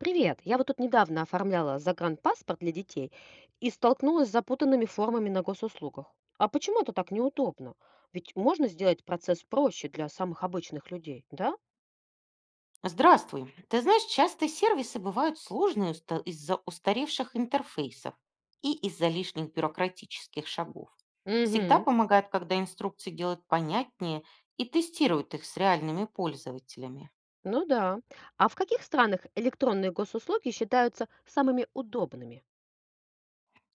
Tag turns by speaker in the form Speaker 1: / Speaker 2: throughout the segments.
Speaker 1: Привет! Я вот тут недавно оформляла загранпаспорт для детей и столкнулась с запутанными формами на госуслугах. А почему это так неудобно? Ведь можно сделать процесс проще для самых обычных людей, да?
Speaker 2: Здравствуй. Ты знаешь, часто сервисы бывают сложные из-за устаревших интерфейсов и из-за лишних бюрократических шагов. Всегда
Speaker 1: Угу.
Speaker 2: помогает, когда инструкции делают понятнее и тестируют их с реальными пользователями.
Speaker 1: Ну да. А в каких странах электронные госуслуги считаются самыми удобными?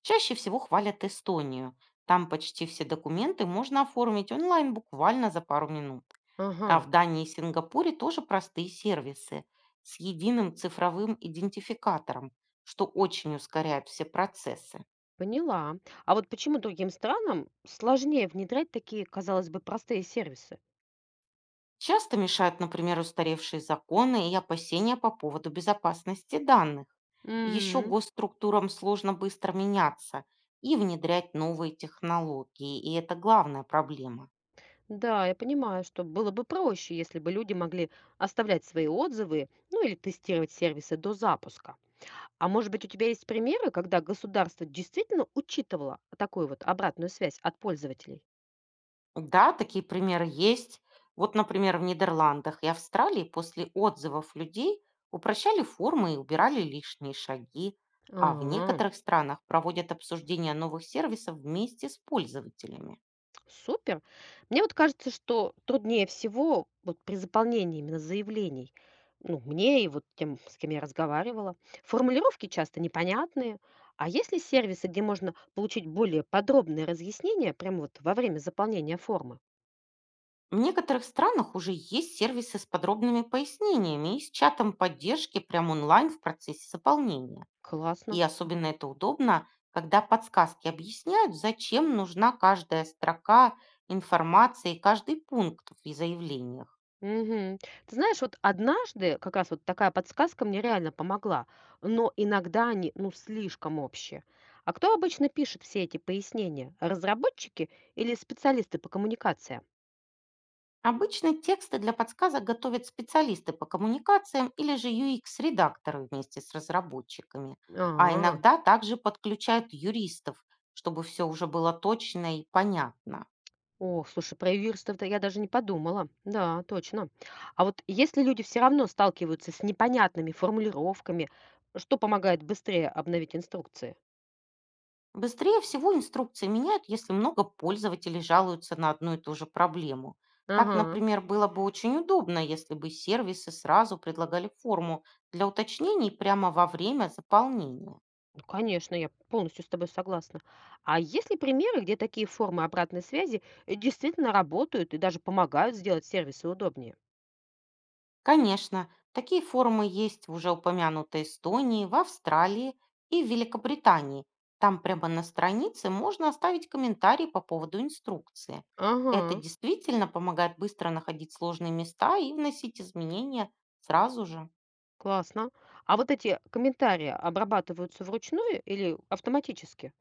Speaker 2: Чаще всего хвалят Эстонию. Там почти все документы можно оформить онлайн буквально за пару минут.
Speaker 1: Ага,
Speaker 2: А в Дании и Сингапуре тоже простые сервисы с единым цифровым идентификатором, что очень ускоряет все процессы.
Speaker 1: поняла. А вот почему другим странам сложнее внедрять такие, казалось бы, простые сервисы?
Speaker 2: Часто мешают, например, устаревшие законы и опасения по поводу безопасности данных. Еще госструктурам сложно быстро меняться и внедрять новые технологии, и это главная проблема.
Speaker 1: Да, я понимаю, что было бы проще, если бы люди могли оставлять свои отзывы, ну или тестировать сервисы до запуска. А может быть, у тебя есть примеры, когда государство действительно учитывало такую вот обратную связь от пользователей?
Speaker 2: Да, такие примеры есть. Вот, например, в Нидерландах и Австралии после отзывов людей упрощали формы и убирали лишние шаги, а в
Speaker 1: А,
Speaker 2: некоторых странах проводят обсуждение новых сервисов вместе с пользователями.
Speaker 1: супер. Мне вот кажется, что труднее всего вот при заполнении именно заявлений, ну, мне и вот тем, с кем я разговаривала, формулировки часто непонятные. А есть ли сервисы, где можно получить более подробные разъяснения прямо вот во время заполнения формы?
Speaker 2: В некоторых странах уже есть сервисы с подробными пояснениями и с чатом поддержки прямо онлайн в процессе заполнения. И
Speaker 1: Классно.
Speaker 2: особенно это удобно, когда подсказки объясняют, зачем нужна каждая строка информации, и каждый пункт в заявлениях.
Speaker 1: Мгм. Ты знаешь, вот однажды как раз вот такая подсказка мне реально помогла, но иногда они, ну, слишком общие. А кто обычно пишет все эти пояснения? Разработчики или специалисты по коммуникациям?
Speaker 2: Обычно тексты для подсказок готовят специалисты по коммуникациям или же UX-редакторы вместе с разработчиками. А
Speaker 1: А,
Speaker 2: иногда также подключают юристов, чтобы все уже было точно и понятно.
Speaker 1: о, слушай, про юристов-то я даже не подумала. Да, точно. А вот если люди все равно сталкиваются с непонятными формулировками, что помогает быстрее обновить инструкции?
Speaker 2: Быстрее всего инструкции меняют, если много пользователей жалуются на одну и ту же проблему. Так,
Speaker 1: Ага,
Speaker 2: например, было бы очень удобно, если бы сервисы сразу предлагали форму для уточнений прямо во время заполнения.
Speaker 1: ну, конечно, я полностью с тобой согласна. А есть ли примеры, где такие формы обратной связи действительно работают и даже помогают сделать сервисы удобнее?
Speaker 2: Конечно, такие формы есть в уже упомянутой Эстонии, в Австралии и в Великобритании. Там прямо на странице можно оставить комментарий по поводу инструкции. Это
Speaker 1: Ага,
Speaker 2: действительно помогает быстро находить сложные места и вносить изменения сразу же.
Speaker 1: классно. А вот эти комментарии обрабатываются вручную или автоматически?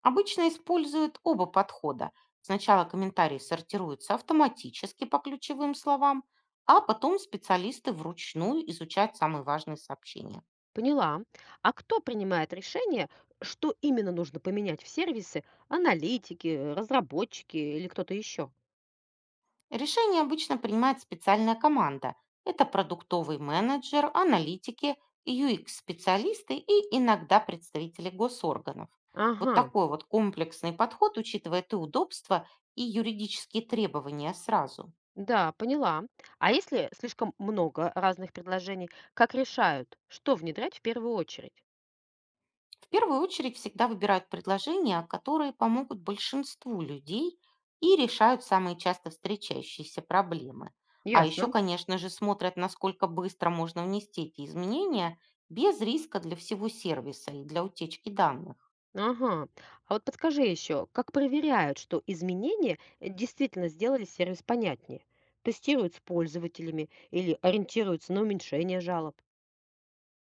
Speaker 2: Обычно используют оба подхода. Сначала комментарии сортируются автоматически по ключевым словам, а потом специалисты вручную изучают самые важные сообщения.
Speaker 1: Поняла. А кто принимает решение, что именно нужно поменять в сервисе? Аналитики, разработчики или кто-то еще?
Speaker 2: Решение обычно принимает специальная команда. Это продуктовый менеджер, аналитики, UX-специалисты и иногда представители госорганов. Вот
Speaker 1: Ага,
Speaker 2: такой вот комплексный подход учитывает и удобство, и юридические требования сразу.
Speaker 1: да, поняла. А если слишком много разных предложений, как решают, что внедрять в первую очередь?
Speaker 2: В первую очередь всегда выбирают предложения, которые помогут большинству людей и решают самые часто встречающиеся проблемы. А еще,
Speaker 1: Ясно.
Speaker 2: конечно же, смотрят, насколько быстро можно внести эти изменения без риска для всего сервиса и для утечки данных.
Speaker 1: Ага. А вот подскажи еще, как проверяют, что изменения действительно сделали сервис понятнее? Тестируют с пользователями или ориентируются на уменьшение жалоб?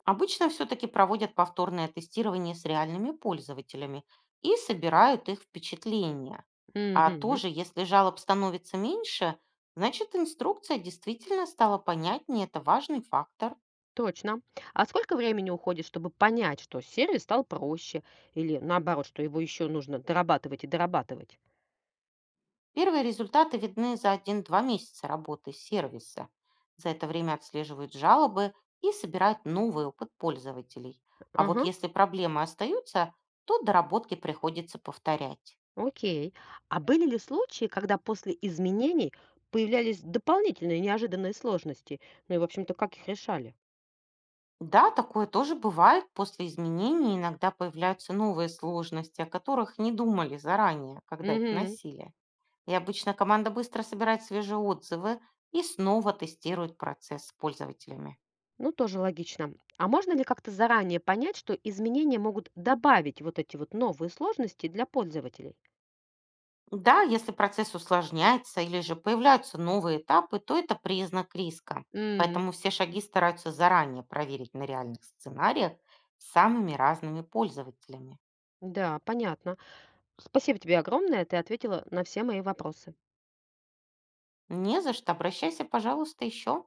Speaker 2: Обычно все-таки проводят повторное тестирование с реальными пользователями и собирают их впечатления. А
Speaker 1: Угу.
Speaker 2: тоже, если жалоб становится меньше, значит инструкция действительно стала понятнее, это важный фактор.
Speaker 1: Точно. А сколько времени уходит, чтобы понять, что сервис стал проще, или наоборот, что его еще нужно дорабатывать и дорабатывать?
Speaker 2: Первые результаты видны за один-два месяца работы сервиса. За это время отслеживают жалобы и собирают новый опыт пользователей. А вот
Speaker 1: Ага,
Speaker 2: если проблемы остаются, то доработки приходится повторять.
Speaker 1: окей. А были ли случаи, когда после изменений появлялись дополнительные неожиданные сложности? Ну и, в общем-то, как их решали?
Speaker 2: Да, такое тоже бывает. После изменений иногда появляются новые сложности, о которых не думали заранее, когда их
Speaker 1: Угу.
Speaker 2: вносили. И обычно команда быстро собирает свежие отзывы и снова тестирует процесс с пользователями.
Speaker 1: Ну, тоже логично. А можно ли как-то заранее понять, что изменения могут добавить вот эти вот новые сложности для пользователей?
Speaker 2: Да, если процесс усложняется или же появляются новые этапы, то это признак риска.
Speaker 1: М,
Speaker 2: Поэтому все шаги стараются заранее проверить на реальных сценариях с самыми разными пользователями.
Speaker 1: Да, понятно. Спасибо тебе огромное, ты ответила на все мои вопросы.
Speaker 2: Не за что, обращайся, пожалуйста, еще.